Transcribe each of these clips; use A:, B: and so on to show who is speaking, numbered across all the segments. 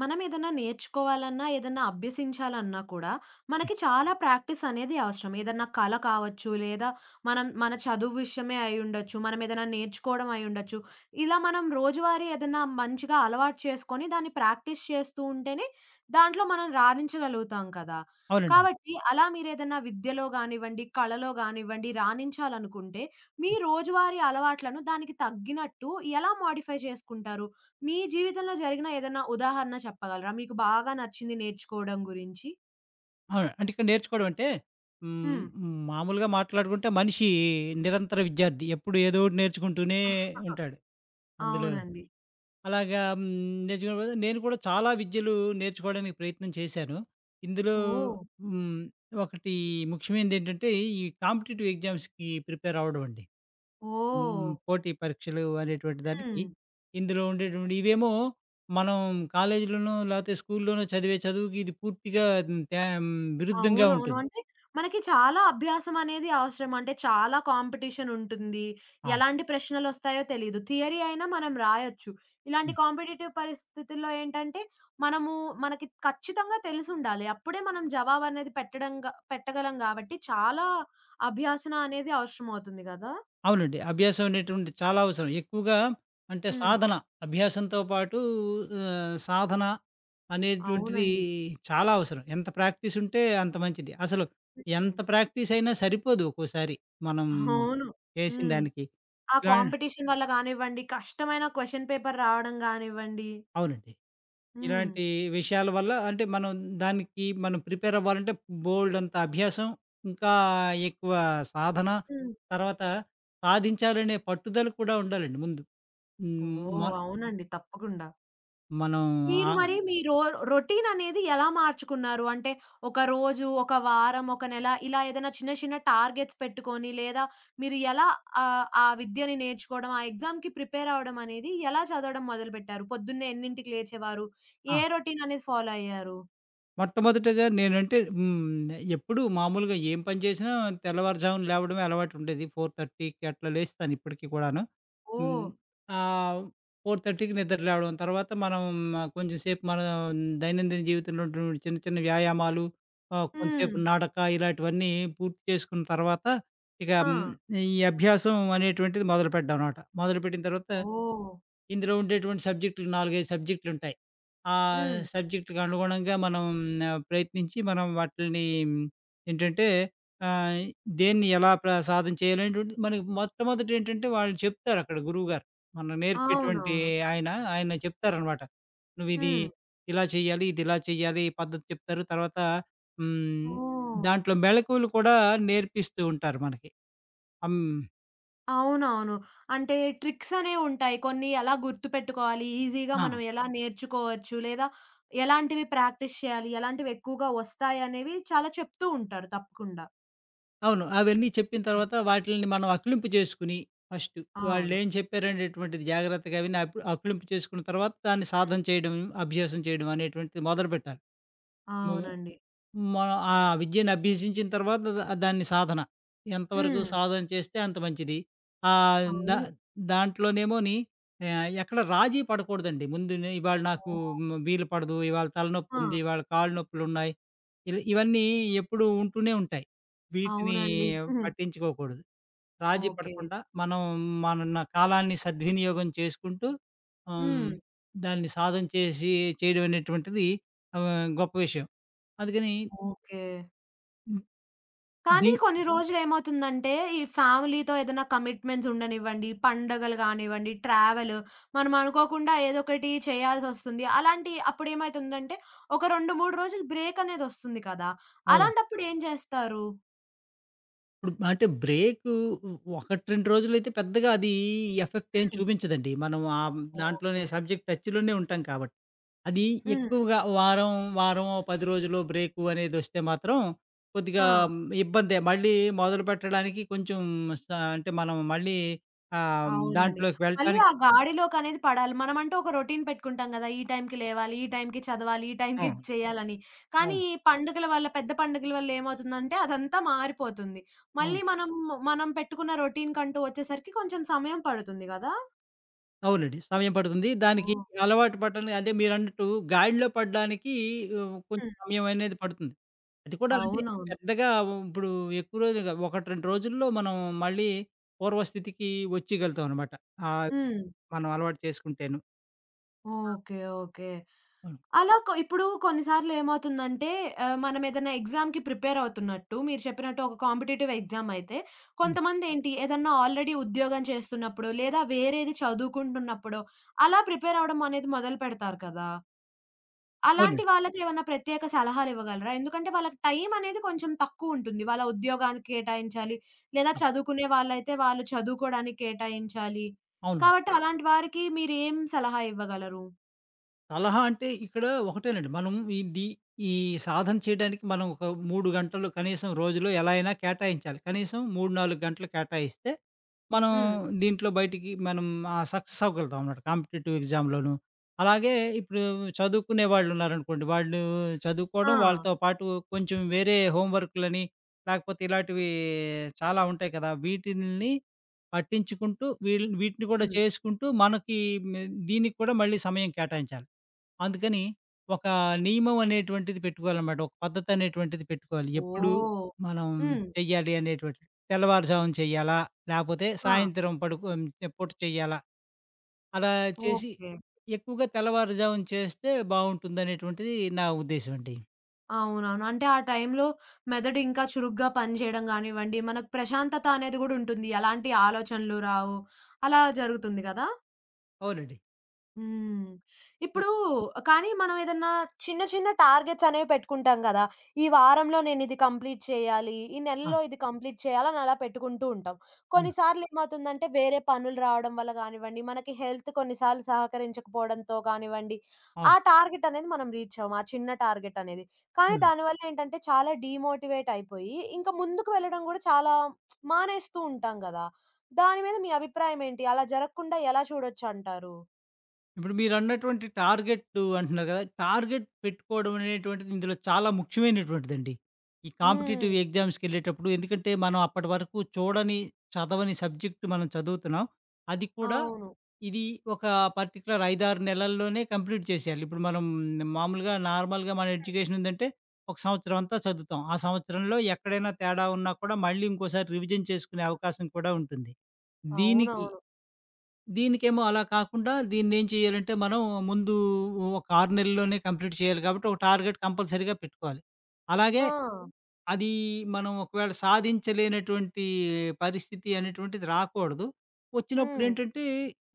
A: మనం ఏదన్నా నేర్చుకోవాలన్నా, ఏదన్నా అభ్యసించాలన్నా కూడా మనకి చాలా ప్రాక్టీస్ అనేది అవసరం. ఏదన్నా కళ కావచ్చు, లేదా మనం మన చదువు విషయమే అయ్యుండొచ్చు, మనం ఏదైనా నేర్చుకోవడం అయ్యుండొచ్చు. ఇలా మనం రోజువారీ ఏదన్నా మంచిగా అలవాటు చేసుకొని, దాన్ని ప్రాక్టీస్ చేస్తూ ఉంటేనే దాంట్లో మనం రాణించగలుగుతాం కదా!
B: అవునండి.
A: కాబట్టి అలా మీరేదన్నా విద్యలో గానివ్వండి, కళలో గానివ్వండి రాణించాలనుకుంటే, మీ రోజువారీ అలవాట్లను దానికి తగ్గినట్టు ఎలా మోడిఫై చేసుకుంటారు? మీ జీవితంలో జరిగిన ఏదన్నా ఉదాహరణ చెప్పగలరా? మీకు బాగా నచ్చింది నేర్చుకోవడం గురించి?
B: అవును. అంటే ఇక్కడ నేర్చుకోవడం అంటే హ్మ్,
A: హ్మ్.
B: హ్మ్, మామూలుగా మాట్లాడుకుంటే మనిషి నిరంతర విద్యార్థి. ఎప్పుడు ఏదో ఒకటి నేర్చుకుంటూనే ఉంటాడు. అందులో
A: అవునండి.
B: అలాగా నేర్చుకున్నప్పుడు నేను కూడా చాలా విద్యలు నేర్చుకోవడానికి ప్రయత్నం చేశాను. ఇందులో
A: ఓహ్!
B: హ్మ్, ఒకటి ముఖ్యమైనదేంటంటే ఈ కాంపిటీటివ్ ఎగ్జామ్స్‌కి ప్రిపేర్ అవ్వడం అండి.
A: ఓహ్!
B: హ్మ్. పోటీ పరీక్షలు అనేటువంటి దానికి
A: హ్మ్.
B: ఇందులో ఉండేటువంటి ఇవేమో మనం కాలేజీలోనో లేకపోతే స్కూల్లోనో చదివే చదువుకి ఇది పూర్తిగా తే విరుద్ధంగా
A: అవునవును.
B: ఉంటుంది.
A: అంటే మనకి చాలా అభ్యాసం అనేది అవసరం. అంటే చాలా కాంపిటీషన్ ఉంటుంది.
B: ఆ!
A: ఎలాంటి ప్రశ్నలొస్తాయో తెలీదు. థియరీ అయినా మనం రాయొచ్చు. ఇలాంటి
B: హ్మ్.
A: కాంపిటీటివ్ పరిస్థితుల్లో ఏంటంటే మనము మనకి ఖచ్చితంగా తెలిసుండాలి. అప్పుడే మనం జవాబనేది పెట్టడంగా పెట్టగలం గాబట్టి చాలా అభ్యాసన అనేది అవసరమవుతుంది గదా!
B: అవునండి. అభ్యాసం అనేటువంటిది చాలా అవసరం. ఎక్కువగా అంటే
A: హ్మ్.
B: సాధన, అభ్యాసంతో పాటు సాధన అనేటువంటిది
A: అవునండి.
B: చాలా అవసరం. ఎంత ప్రాక్టీస్ ఉంటే అంత మంచిది. అసలు
A: హ్మ్.
B: ఎంత ప్రాక్టీస్ అయినా సరిపోదు ఒక్కోసారి మనం
A: అవును.
B: చేసిన
A: హ్మ్.
B: దానికి.
A: ఆ
B: ఇలా
A: కాంపిటీషన్ వల్ల గానివ్వండి, కష్టమైన క్వెషన్ పేపర్ రావడం గానివ్వండి.
B: అవునండి.
A: హ్మ్.
B: ఇలాంటి విషయాల వల్ల అంటే మనం దానికి మనం ప్రిపేర్ అవ్వాలంటే బోలెడంత అభ్యాసం, ఇంకా ఎక్కువ సాధన,
A: హ్మ్.
B: తర్వాత సాధించాలనే పట్టుదల కూడా ఉండాలండి ముందు. హ్మ్.
A: ఓహ్!
B: మ
A: అవునండి. తప్పకుండా.
B: మనం
A: మీరు
B: ఆ!
A: మరి మీ రో రొటీన్ అనేది ఎలా మార్చుకున్నారు? అంటే ఒక రోజు, ఒక వారం, ఒక నెల ఇలా ఏదైనా చిన్న చిన్న టార్గెట్స్ పెట్టుకొని లేదా మీరు ఎలా ఆ విద్యని నేర్చుకోవడం, ఆ ఎగ్జామ్‌కి ప్రిపేర్ అవ్వడం అనేది ఎలా చదవడం మొదలుపెట్టారు? పొద్దున్నే ఎన్నింటికి లేచేవారు?
B: ఆ!
A: ఏ రొటీన్ అనేది ఫాలో అయ్యారు?
B: మొట్టమొదటిగా నేనంటే హ్మ్. ఎప్పుడూ మామూలుగా ఏం పని చేసినా తెల్లవారుజామున లేవడమే అలవాటు ఉండేది. 4:30కి అట్లా లేస్తాను ఇప్పటికి కూడాను. హ్మ్.
A: ఓహ్!
B: ఆహ్, 4:30కి నిద్ర లేవడం. తర్వాత మనం కొంచెం సేపు మన దైనందిన జీవితంలో ఉన్నటువంటి చిన్న చిన్న వ్యాయామాలు
A: హ్మ్.
B: కొంతసేపు నడక ఇలాంటివన్నీ పూర్తి చేసుకున్న తర్వాత ఇక
A: ఆ!
B: ఈ అభ్యాసం అనేటువంటిది మొదలుపెడ్డామనమాట. మొదలుపెట్టిన తర్వాత
A: ఓహ్!
B: ఇందులో ఉండేటువంటి సబ్జెక్టులు నాలుగైదు సబ్జెక్టులు ఉంటాయి. ఆ
A: హ్మ్.
B: సబ్జెక్టుకి అనుగుణంగా మనం ప్రయత్నించి మనం వాటిల్ని ఏంటంటే ఆహ్, దేన్ని ఎలా సాధన చేయాలనేటువంటిది మనకి మొట్టమొదట ఏంటంటే వాళ్ళు చెప్తారు అక్కడ గురువుగారు. మనం నేర్పేటువంటి
A: అవునవును.
B: ఆయన చెప్తారనమాట. నువ్విది
A: హ్మ్.
B: ఇలా చేయాలి, ఇది ఇలా చేయాలి ఈ పద్ధతి చెప్తారు. తర్వాత హ్మ్,
A: ఓహ్!
B: దాంట్లో మెళకువలు కూడా నేర్పిస్తూ ఉంటారు మనకి. అం
A: అవునవును. అంటే ట్రిక్స్ అనేవుంటాయి. కొన్ని ఎలా గుర్తుపెట్టుకోవాలి, ఈజీగా
B: ఆ!
A: మనం ఎలా నేర్చుకోవచ్చు, లేదా ఎలాంటివి ప్రాక్టీస్ చేయాలి, ఎలాంటివి ఎక్కువగా వస్తాయనేవి చాలా చెప్తూ ఉంటారు తప్పకుండా.
B: అవును. అవన్నీ చెప్పిన
A: హ్మ్.
B: తర్వాత వాటిల్ని మనం అక్లింపు చేసుకొని ఫస్టు
A: అవును.
B: వాళ్ళేం చెప్పారనేటువంటిది జాగ్రత్తగా అవి అక్లింపు చేసుకున్న తర్వాత దాన్ని సాధన చేయడం, అభ్యాసం చేయడం అనేటువంటిది మొదలుపెట్టాలి. హ్మ్.
A: అవునండి.
B: మనం ఆ విద్యను అభ్యసించిన తర్వాత దాన్ని సాధన. ఎంతవరకు
A: హ్మ్.
B: సాధన చేస్తే అంత మంచిది. ఆహ్, దా
A: అవును.
B: దాంట్లోనేమోని ఎక్కడ రాజీ పడకూడదండి. ముందు ఇవాళ నాకు
A: ఓహ్!
B: వీలు పడదు, ఇవాళ
A: ఆ!
B: తలనొప్పుంది, ఇవాళ కాళ్ళు నొప్పులున్నాయి. ఇవన్నీ ఎప్పుడూ ఉంటూనే ఉంటాయి. వీటిని
A: అవునండి.
B: పట్టించుకోకూడదు. రాజీ
A: ఓకే.
B: పడకుండా మనం మన కాలాన్ని సద్వినియోగం చేసుకుంటూ హ్మ్,
A: హ్మ్.
B: దాన్ని సాధన చేసి చేయడం అనేటువంటిది గొప్ప విషయం. అందుకని
A: ఓకే.
B: దీ
A: కానీ కొన్ని రోజులేమవుతుందంటే, ఈ ఫ్యామిలీతో ఏదైనా కమిట్మెంట్స్ ఉండనివ్వండి, పండగలు గానివ్వండి, ట్రావెల్ మనం అనుకోకుండా ఏదోకటి చేయాల్సొస్తుంది. అలాంటి అప్పుడేమైతుందంటే, ఒక 2, 3 రోజులు బ్రేక్ అనేదొస్తుంది కదా!
B: అవును.
A: అలాంటప్పుడు ఏం చేస్తారు?
B: ఇప్పుడు అంటే బ్రేకు ఒకటి, 2 రోజులైతే పెద్దగా అది ఎఫెక్ట్ ఏం
A: హ్మ్.
B: చూపించదండి. మనం ఆ దాంట్లోనే
A: ఓకే.
B: సబ్జెక్ట్ టచ్‌లోనే ఉంటాం కాబట్టి. అది
A: హ్మ్.
B: ఎక్కువగా వారం, వారం 10 రోజులు బ్రేకు అనేదొస్తే మాత్రం కొద్దిగా
A: ఆ!
B: ఇబ్బందే. మళ్ళీ మొదలుపెట్టడానికి కొంచెం స అంటే మనం మళ్ళీ
A: అవునండి.
B: దాంట్లోకి
A: మళ్ళీ
B: వెళ్ళటానికి
A: ఆ గాడిలోకనేది పడాలి. మనమంటూ ఒక రొటీన్ పెట్టుకుంటాం గదా! ఈ టైంకి లేవాలి, ఈ టైంకి చదవాలి, ఈ టైంకి ఇది
B: హ్మ్.
A: చేయాలని. కానీ
B: హ్మ్.
A: ఈ పండుగల వల్ల, పెద్ద పండుగల వల్ల ఏమవుతుందంటే అదంతా మారిపోతుంది. మళ్ళీ
B: అవును.
A: మనం, మనం పెట్టుకున్న రొటీన్‌కంటూ వచ్చేసరికి కొంచెం సమయం పడుతుంది గదా!
B: అవునండి. సమయం పడుతుంది. దానికి
A: ఓహ్!
B: అలవాటు పడటానికి అంటే మీరన్నట్టు గాడిలో పడడానికి కొంచెం
A: హ్మ్.
B: సమయం అనేది పడుతుంది. అది కూడా అంటే
A: అవునవును.
B: పెద్దగా ఇప్పుడు ఎక్కువ రోజులుగా 1, 2 రోజుల్లో మనం మళ్ళీ పూర్వస్థితికి వచ్చేయగలుగుతామనమాట. ఆహ్,
A: హ్మ్.
B: మనం అలవాటు చేసుకుంటేను.
A: ఓకే. ఓకే.
B: హ్మ్.
A: అలా కొ ఇప్పుడు కొన్నిసార్లు ఏమవుతుందంటే మనం ఏదైనా ఎగ్జామ్‌కి ప్రిపేర్ అవుతున్నట్టు మీరు చెప్పినట్టు ఒక కాంపిటీటివ్ ఎగ్జామ్ అయితే
B: హ్మ్.
A: కొంతమందేంటి ఏదన్నా ఆల్రెడీ ఉద్యోగం చేస్తున్నప్పుడో, లేదా వేరేది చదువుకుంటున్నప్పుడో అలా ప్రిపేర్ అవ్వడం అనేది మొదలుపెడతారు కదా! అలాంటి
B: అవునండి.
A: వాళ్ళకి ఏమన్నా ప్రత్యేక సలహాలివ్వగలరా? ఎందుకంటే వాళ్ళకి టైం అనేది కొంచెం తక్కువుంటుంది. వాళ్ళ ఉద్యోగానికి కేటాయించాలి, లేదా
B: ఆ!
A: చదువుకునే వాళ్ళైతే వాళ్ళు చదువుకోడానికి కేటాయించాలి.
B: అవును.
A: కాబట్టి అలాంటి వారికి మీరేం సలహా ఇవ్వగలరు?
B: సలహా అంటే ఇక్కడ ఒకటేనండి. మనం ఇది ఈ సాధన చేయడానికి మనం ఒక 3 గంటలు కనీసం రోజులో ఎలా అయినా కేటాయించాలి. కనీసం 3, 4 గంటలు కేటాయిస్తే మనం
A: హ్మ్.
B: దీంట్లో బయటికి మనం సక్సెస్ అవ్వగలుగుతాం అన్నమాట కాంపిటీటివ్ ఎగ్జామ్‌లోను. అలాగే ఇప్పుడు చదువుకునే వాళ్ళున్నారనుకోండి. వాళ్ళు చదువుకోవడం,
A: ఆ!
B: వాళ్ళతో పాటు కొంచెం వేరే హోమ్ వర్క్‌లని లేకపోతే ఇలాంటివి చాలా ఉంటాయి కదా! వీటిల్ని పట్టించుకుంటూ వీటిని కూడా
A: హ్మ్.
B: చేసుకుంటూ మనకి మే దీనికి కూడా మళ్ళీ సమయం కేటాయించాలి. అందుకని ఒక నియమం అనేటువంటిది పెట్టుకోవాలన్నమాట. ఒక పద్ధతనేటువంటిది పెట్టుకోవాలి. ఎప్పుడు
A: ఓహ్!
B: మనం
A: హ్మ్.
B: చెయ్యాలి అనేటువంటిది. తెల్లవారుజామున చెయ్యాలా? లేపోతే
A: ఆ!
B: సాయంత్రం పడుకో పూట చెయ్యాలా? అలా చేసి
A: ఓకే.
B: ఎక్కువగా తెల్లవారుజామున చేస్తే బావుంటుందనేటువంటిది నా ఉద్దేశమండి.
A: అవునవును. అంటే ఆ టైంలో మెదడు ఇంకా చురుగ్గా పనిచేయడం గానివ్వండి, మనకు ప్రశాంతత అనేది గూడా ఉంటుంది. అలాంటి ఆలోచనలు రావు. అలా జరుగుతుంది గదా!
B: అవునండి.
A: హ్మ్.
B: అయ్
A: ఇప్పుడు కానీ మనం ఏదన్నా చిన్న చిన్న టార్గెట్స్ అనేవి పెట్టుకుంటాం గదా! ఈ వారంలో నేనిది కంప్లీట్ చేయాలి. ఈ
B: ఆ!
A: నెలలో ఇది కంప్లీట్ చేయాలి అని అలా పెట్టుకుంటూ ఉంటాం.
B: అవును.
A: కొన్నిసార్లు ఏమవుతుందంటే వేరే పనులు రావడం వల్ల గానివ్వండి, మనకి హెల్త్ కొన్నిసార్లు సహకరించకపోవడంతో కానివ్వండి, ఆ
B: అవును.
A: టార్గెట్ అనేది మనం రీచ్ అవ్వం. ఆ చిన్న టార్గెట్ అనేది. కానీ
B: అవును.
A: దానివల్ల ఏంటంటే చాలా డీమోటివేట్ అయిపోయి ఇంక ముందుకు వెళ్ళడం గూడా చాలా మానేస్తూ ఉంటాం గదా! దాని మీద మీ అభిప్రాయం ఏంటి? అలా జరగకుండా ఎలా చూడొచ్చంటారు?
B: ఇప్పుడు మీరన్నటువంటి టార్గెట్టు అంటున్నారు కదా! టార్గెట్ పెట్టుకోవడం అనేటువంటిది ఇందులో చాలా ముఖ్యమైనటువంటిదండి. ఈ
A: హ్మ్.
B: కాంపిటీటివ్ ఎగ్జామ్స్‌కెళ్ళేటప్పుడు ఎందుకంటే, మనం అప్పటి వరకు చూడని, చదవని సబ్జెక్ట్ మనం చదువుతున్నాం. అది కూడా
A: అవును.
B: ఇది ఒక పర్టిక్యులర్ 5, 6 నెలల్లోనే కంప్లీట్ చేసేయాలి. ఇప్పుడు మనం మామూలుగా నార్మల్‌గా మన
A: హ్మ్.
B: ఎడ్యుకేషన్ ఏందంటే, ఒక సంవత్సరం అంతా చదువుతాం. ఆ సంవత్సరంలో ఎక్కడైనా తేడా ఉన్నా కూడా మళ్ళీ ఇంకోసారి రివిజన్ చేసుకునే అవకాశం కూడా ఉంటుంది. దీనికి
A: అవునవును.
B: దీనికేమో అలా కాకుండా దీన్నేం చేయాలంటే మనం ముందు ఒక 6 నెలల్లోనే కంప్లీట్ చేయాలి కాబట్టి ఒక టార్గెట్ కంపల్సరీగా పెట్టుకోవాలి. అలాగే
A: ఆ!
B: అది మనం ఒకవేళ సాధించలేనటువంటి పరిస్థితి అనేటువంటిది రాకూడదు.
A: హ్మ్.
B: వచ్చినప్పుడేంటంటే,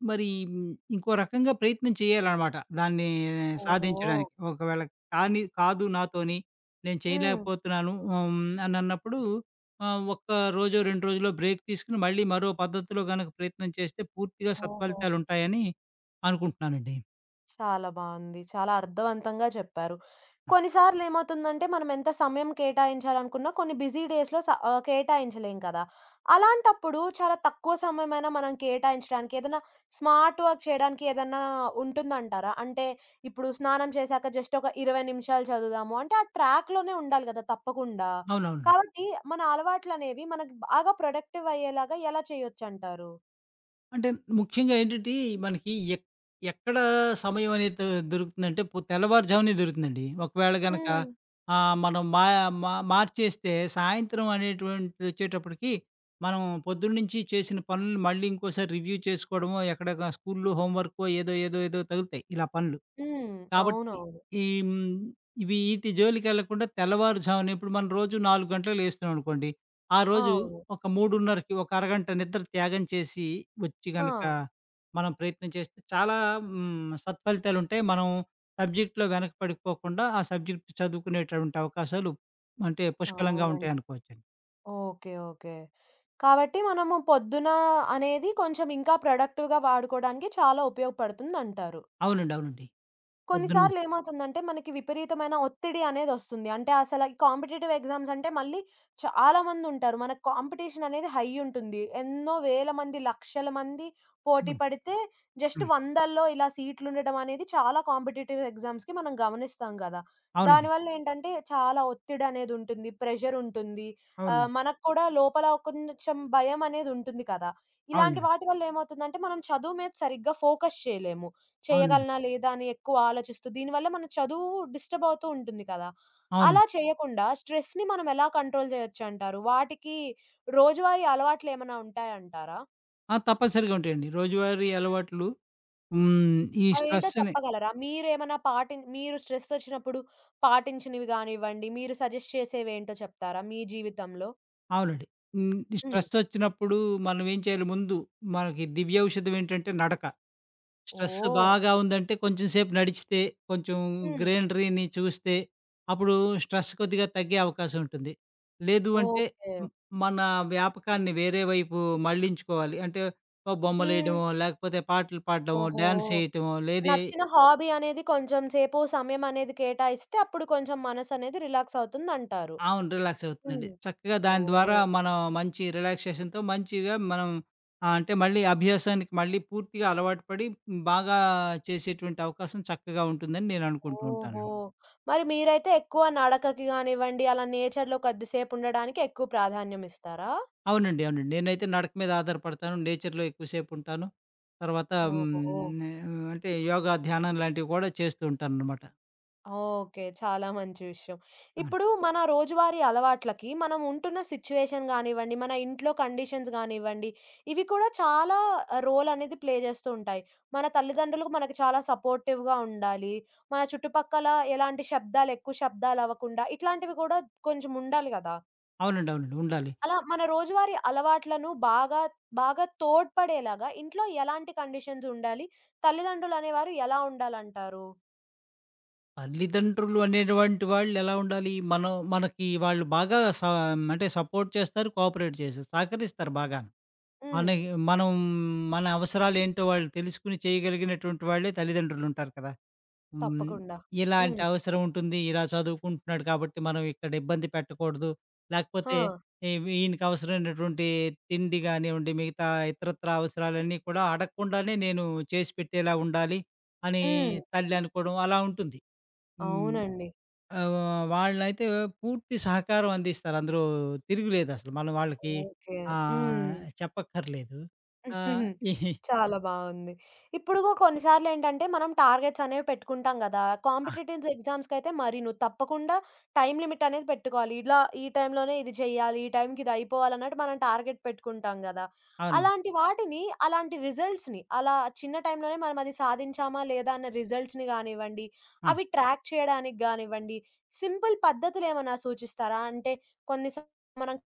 B: మరి ఇంకో రకంగా ప్రయత్నం చేయాలనమాట. దాన్ని
A: ఓహో!
B: సాధించడానికి. ఒకవేళ కాని కాదు నాతోని, నేను
A: హ్మ్.
B: చేయలేకపోతున్నాను అనన్నప్పుడు ఒక్క రోజో, 2 రోజులో బ్రేక్ తీసుకొని మళ్ళీ మరో పద్ధతిలో గనక ప్రయత్నం చేస్తే పూర్తిగా
A: ఓహో!
B: సత్ఫలితాలుంటాయని అనుకుంటున్నానండి.
A: చాలా బావుంది. చాలా అర్థవంతంగా చెప్పారు. కొన్నిసార్లు ఏమవుతుందంటే మనం ఎంత సమయం కేటాయించాలనుకున్నా కొన్ని బిజీ డేస్‌లో స కేటాయించలేం కదా! అలాంటప్పుడు చాలా తక్కువ సమయమైనా మనం కేటాయించడానికి ఏదైనా స్మార్ట్ వర్క్ చేయడానికి ఏదన్నా ఉంటుందంటారా? అంటే ఇప్పుడు స్నానం చేశాక జస్ట్ ఒక 20 నిమిషాలు చదువుదాము అంటే ఆ ట్రాక్‌లోనే ఉండాలి కదా తప్పకుండా.
B: అవునవును.
A: కాబట్టి మన అలవాట్లనేవి మనకు బాగా ప్రొడక్టివ్ అయ్యేలాగా ఎలా చేయొచ్చంటారు?
B: అంటే ముఖ్యంగా ఏంటంటే, మనకి ఎక్కడ సమయం అనేది దొరుకుతుందంటే, తెల్లవారుజామునే దొరుకుతుందండి. ఒకవేళ గనక
A: హ్మ్.
B: మనం మా మా మార్చేస్తే సాయంత్రం అనేటువంటిదొచ్చేటప్పటికి, మనం పొద్దున్నుంచి చేసిన పనులు మళ్ళీ ఇంకోసారి రివ్యూ చేసుకోవడమో, ఎక్కడొక స్కూల్‌లో హోంవర్కో ఏదో, ఏదో, ఏదో తగులుతాయి ఇలా పనులు.
A: హ్మ్.
B: కాబట్టి
A: అవునవును.
B: ఈ ఇవి ఈటి జోలికెళ్ళకుండా తెల్లవారుజామున ఇప్పుడు మనం రోజు 4 గంటలకు లేస్తున్నామనుకోండి. ఆ రోజు
A: అవును.
B: ఒక 3:30కి ఒక అరగంట నిద్ర త్యాగం చేసి వచ్చి
A: ఆ!
B: గనక మనం ప్రయత్నం చేస్తే చాలా సత్ఫలితాలుంటాయి. మనం సబ్జెక్ట్‌లో వెనకపడిపోకుండా ఆ సబ్జెక్ట్ చదువుకునేటటువంటి అవకాశాలు అంటే పుష్కలంగా
A: అవునండి.
B: ఉంటాయనుకోవచ్చండి.
A: ఓకే. ఓకే. కాబట్టి మనము పొద్దున అనేది కొంచెం ఇంకా ప్రొడక్టివ్‌గా వాడుకోవడానికి చాలా ఉపయోగపడుతుందంటారు.
B: అవునండి. అవునండి. పొద్దున్న
A: కొన్నిసార్లు ఏమవుతుందంటే, మనకి విపరీతమైన ఒత్తిడి అనేదొస్తుంది. అంటే, అసల ఈ కాంపిటీటివ్ ఎగ్జామ్స్ అంటే, మళ్ళీ చాలా మందుంటారు. మనకు కాంపిటీషన్ అనేది హై ఉంటుంది. ఎన్నో వేల మంది, లక్షల మంది పోటీ
B: హ్మ్.
A: పడితే, జస్ట్
B: హ్మ్.
A: వందల్లో ఇలా సీట్లుండడం అనేది చాలా కాంపిటీటివ్ ఎగ్జామ్స్‌కి మనం గమనిస్తాం గదా!
B: అవునండి.
A: దానివల్లేంటంటే, చాలా ఒత్తిడనేదుంటుంది, ప్రెషరుంటుంది.
B: అవునండి.
A: మనకు కూడా లోపల ఒక కొంచెం భయమనేదుంటుంది కదా! ఇలాంటి
B: అవునండి.
A: వాటి వల్లేమవుతుందంటే, మనం చదువు మీద సరిగ్గా ఫోకస్ చేయలేము.
B: అవునండి.
A: చేయగలనా లేదా అని ఎక్కువ ఆలోచిస్తూ దీనివల్ల మన చదువు డిస్టర్బ్ అవుతూ ఉంటుంది కదా!
B: అవునండి.
A: అలా చేయకుండా స్ట్రెస్‌ని మనం ఎలా కంట్రోల్ చేయొచ్చంటారు? వాటికి రోజువారీ అలవాట్లేమన్నా ఉంటాయంటారా?
B: ఆ! తప్పనిసరిగా ఉంటాయండి. రోజువారీ అలవాట్లు హ్మ్. ఈ
A: అవేంటో
B: స్ట్రెస్‌ని
A: చెప్పగలరా? మీరేమన్నా పాటి మీరు స్ట్రెస్ వచ్చినప్పుడు పాటించినవి గానివ్వండి, మీరు సజెస్ట్ చేసేవేంటో చెప్తారా మీ జీవితంలో?
B: అవునండి. హ్మ్. ఈ
A: హ్మ్.
B: స్ట్రెస్సొచ్చినప్పుడు మనం ఏం చేయాలి ముందు మనకి దివ్యౌషధం ఏంటంటే నడక. స్ట్రెస్
A: ఓహ్!
B: బాగా ఉందంటే కొంచెం సేపు నడిచితే, కొంచెం
A: హ్మ్.
B: గ్రీనరీని చూస్తే అప్పుడు స్ట్రెస్ కొద్దిగా తగ్గే అవకాశం ఉంటుంది. లేదు అంటే
A: ఓకే.
B: హ్మ్, మన వ్యాపకాన్ని వేరే వైపు మళ్ళించుకోవాలి. అంటే ఓ
A: హ్మ్.
B: బొమ్మలేయడమో, లేకపోతే పాటలు పాడడమో,
A: ఓహో!
B: డాన్స్ ఏయటమో లేదే
A: నచ్చిన హాబీ అనేది కొంచెం సేపు సమయం అనేది కేటాయిస్తే అప్పుడు కొంచెం మనసనేది రిలాక్స్ అవుతుందంటారు.
B: అవును. రిలాక్స్
A: హ్మ్.
B: అవుతుందండి.
A: హ్మ్.
B: చక్కగా దాని ద్వారా
A: ఓహ్!
B: మనం మంచి రిలాక్సేషన్‌తో మంచిగా మనం అంటే మళ్ళీ అభ్యాసానికి మళ్ళీ పూర్తిగా అలవాటు పడి బాగా చేసేటువంటి అవకాశం చక్కగా ఉంటుందని నేను అనుకుంటూ
A: ఓహో!
B: ఉంటానండి.
A: మరి మీరైతే ఎక్కువ నడకకి గానివ్వండి, అలా నేచర్‌లో కొద్దిసేపు ఉండడానికి ఎక్కువ ప్రాధాన్యం ఇస్తారా?
B: అవునండి. అవునండి. నేనైతే నడక మీద ఆధారపడతాను. నేచర్‌లో ఎక్కువసేపు ఉంటాను. తర్వాత
A: ఓహో!
B: అంటే యోగా, ధ్యానం లాంటివి కూడా చేస్తూ ఉంటాననమాట.
A: ఓకే. చాలా మంచి విషయం.
B: అవును.
A: ఇప్పుడు మన రోజువారీ అలవాట్లకి మనం ఉంటున్న సిట్యుయేషన్ గానివ్వండి, మన ఇంట్లో కండిషన్స్ గానివ్వండి, ఇవి కూడా చాలా రోల్ అనేది ప్లే చేస్తూ ఉంటాయి. మన తల్లిదండ్రులకు మనకు చాలా సపోర్టివ్‌గా ఉండాలి. మన చుట్టుపక్కల ఎలాంటి శబ్దాలు, ఎక్కువ శబ్దాలు అవ్వకుండా ఇట్లాంటివి కూడా కొంచెం ఉండాలి గదా!
B: అవునండి. అవునండి. ఉండాలి.
A: అలా మన రోజువారీ అలవాట్లను బాగా, బాగా తోడ్పడేలాగా ఇంట్లో ఎలాంటి కండిషన్స్ ఉండాలి? తల్లిదండ్రులు అనేవారు ఎలా ఉండాలంటారు?
B: తల్లిదండ్రులు అనేటువంటి వాళ్ళు ఎలా ఉండాలి? మనం మనకి వాళ్ళు బాగా అంటే సపోర్ట్ చేస్తారు, కోఆపరేట్ చేస్తారు, సహకరిస్తారు బాగాను.
A: హ్మ్.
B: మనకి మనం మన అవసరాలేంటో వాళ్ళు తెలుసుకొని చేయగలిగినటువంటి వాళ్ళే తల్లిదండ్రులుంటారు కదా! హ్మ్.
A: తప్పకుండా.
B: ఇలాంటి
A: హ్మ్.
B: అవసరం ఉంటుంది. ఇలా చదువుకుంటున్నాడు కాబట్టి మనం ఇక్కడ ఇబ్బంది పెట్టకూడదు.
A: ఆ!
B: లేకపోతే ఈ ఈయనకి అవసరమైనటువంటి తిండి గానివ్వండి, మిగతా ఇతరత్రా అవసరాలన్నీ కూడా అడగకుండానే నేను చేసి పెట్టేలా ఉండాలి అని
A: హ్మ్.
B: తల్లి అనుకోవడం అలా ఉంటుంది. హ్మ్.
A: అవునండి.
B: ఆహ్, వాళ్ళైతే పూర్తి సహకారం అందిస్తారు. అందులో తిరుగులేదసలు. మనం వాళ్ళకి
A: ఓకే.
B: ఆహ్,
A: హ్మ్.
B: చెప్పక్కర్లేదు. ఆహ్, ఇహి
A: చాలా బావుంది. ఇప్పుడు గూ కొన్నిసార్లేంటంటే, మనం టార్గెట్స్ అనేవి పెట్టుకుంటాం గదా!
B: ఆ!
A: కాంపిటీటివ్ ఎగ్జామ్స్‌కైతే మరి నువ్వు తప్పకుండా టైమ్ లిమిట్ అనేది పెట్టుకోవాలి. ఇలా ఈ టైంలోనే ఇది చేయాలి, ఈ టైంకి ఇది అయిపోవాలన్నట్టు మనం టార్గెట్ పెట్టుకుంటాం గదా!
B: అవునండి.
A: అలాంటి వాటిని, అలాంటి రిజల్ట్స్‌ని అలా చిన్న టైంలోనే మనం అది సాధించామా లేదా అన్న రిజల్ట్స్‌ని గానివ్వండి,
B: ఆ!
A: అవి ట్రాక్ చేయడానికి గానివ్వండి, సింపుల్ పద్ధతులేమన్నా సూచిస్తారా? అంటే కొన్నిసార్లు మనం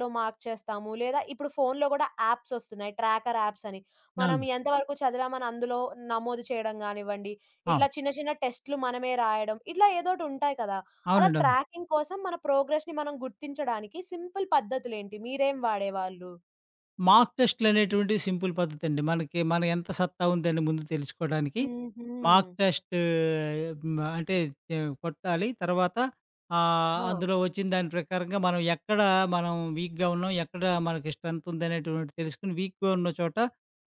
A: లో మార్క్ చేస్తాము. లేదా ఇప్పుడు ఫోన్‌లో గూడా యాప్స్ ఒస్తున్నాయి. ట్రాకర్ యాప్స్ అని. మనం
B: అవును.
A: ఎంతవరకు చదివామని అందులో నమోదు చేయడం గానివ్వండి, ఇట్లా
B: అవును.
A: చిన్న చిన్న టెస్ట్‌లు మనమే రాయడం, ఇట్లా ఏదోటుంటాయి కదా! అలా
B: అవునండవును.
A: ట్రాకింగ్ కోసం మన ప్రోగ్రెస్‌ని మనం గుర్తించడానికి సింపుల్ పద్ధతులేంటి? మీరేం వాడేవాళ్ళు?
B: మాక్ టెస్ట్‌లనేటువంటివి సింపుల్ పద్ధతండి. మనకి మన ఎంత సత్తా ఉందని ముందు తెలుసుకోడానికి
A: హుహు.
B: మాక్ టెస్ట్ హ్మ్. అంటే కొట్టాలి. తర్వాత
A: ఆ!
B: అందులో వచ్చిన దాని ప్రకారంగా మనం ఎక్కడ మనం వీక్‌గా ఉన్నాం, ఎక్కడ మనకి స్ట్రెంత్ ఉందనేటువంటి తెలుసుకొని వీక్‌గా ఉన్న చోట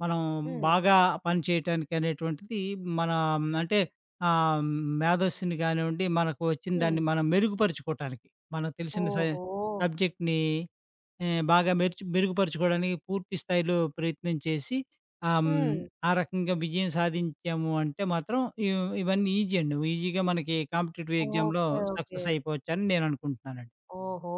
B: మనం
A: హ్మ్.
B: బాగా పని చేయటానికి అనేటువంటిది మన అంటే ఆహ్, మేధస్సుని కానివ్వండి, మనకు వచ్చిన
A: హ్మ్.
B: దాన్ని మనం మెరుగుపరుచుకోవటానికి మనకు తెలిసిన
A: ఓహో!
B: సబ్జెక్ట్‌ని బాగా మెరుగుపరుచుకోవడానికి పూర్తి స్థాయిలో ప్రయత్నం చేసి ఆహ్, హ్మ్.
A: హ్మ్.
B: ఆ రకంగా విజయం సాధించాము అంటే మాత్రం ఇవన్నీ ఈజీ అండి. ఈజీగా మనకి కాంపిటీటివ్ ఎగ్జామ్‌లో
A: ఓకే. ఓకే.
B: సక్సెస్ అయిపోవచ్చని నేను అనుకుంటున్నానండి.
A: ఓహో!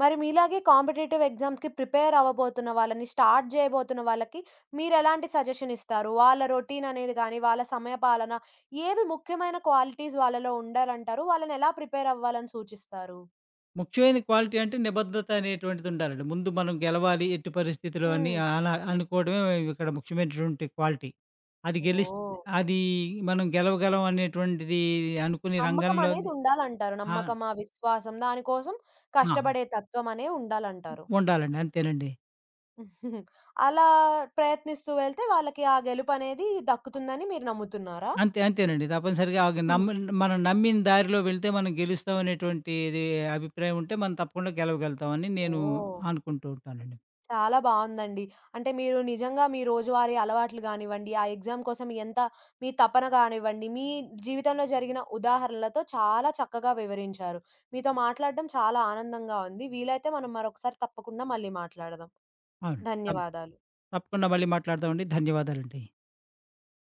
A: మరి మీలాగే కాంపిటీటివ్ ఎగ్జామ్స్‌కి ప్రిపేర్ అవ్వబోతున్న వాళ్ళని, స్టార్ట్ చేయబోతున్న వాళ్ళకి మీరెలాంటి సజెషన్ ఇస్తారు? వాళ్ళ రొటీన్ అనేది గాని, వాళ్ళ సమయపాలన ఏవి ముఖ్యమైన క్వాలిటీస్ వాళ్ళలో ఉండాలంటారు? వాళ్ళనెలా ప్రిపేర్ అవ్వాలని సూచిస్తారు?
B: ముఖ్యమైన క్వాలిటీ అంటే నిబద్ధత అనేటువంటిది ఉండాలండి. ముందు మనం గెలవాలి ఎట్టి పరిస్థితిలో అని
A: హ్మ్.
B: అలా అనుకోవడమే ఇక్కడ ముఖ్యమైనటువంటి క్వాలిటీ. అది గెలిస్
A: ఓహ్!
B: అది మనం గెలవగలం అనేటువంటిది అనుకుని
A: నమ్మకం అనేది
B: రంగంలోని
A: ఉండాలంటారు.
B: ఆ!
A: నమ్మకమా, విశ్వాసం దానికోసం కష్టపడే
B: ఆ!
A: తత్వం అనే ఉండాలంటారు.
B: ఉండాలండి. అంతేనండి.
A: అలా ప్రయత్నిస్తూ వెళ్తే వాళ్ళకి ఆ గెలుపనేది దక్కుతుందని మీరు నమ్ముతున్నారా?
B: అంతే అంతేనండి. తప్పనిసరిగా
A: హ్మ్.
B: నమ్మి మనం నమ్మిన దారిలో వెళ్తే మనం గెలుస్తాం అనేటువంటిది అభిప్రాయం ఉంటే మనం తప్పకుండా గెలవగలుగుతామని నేను
A: ఓహ్!
B: అనుకుంటూ ఉంటానండి.
A: చాలా బావుందండి. అంటే మీరు నిజంగా మీ రోజువారీ అలవాట్లు గానివ్వండి, ఆ ఎగ్జామ్ కోసం ఎంత మీ తపన గానివ్వండి, మీ జీవితంలో జరిగిన ఉదాహరణలతో చాలా చక్కగా వివరించారు. మీతో మాట్లాడడం చాలా ఆనందంగా ఉంది. వీలైతే మనం మరొకసారి తప్పకుండా మళ్ళీ మాట్లాడదాం.
B: అవును.
A: ధన్యవాదాలు.
B: తప్పకుండా మళ్ళీ మాట్లాడదామండి. ధన్యవాదాలండి.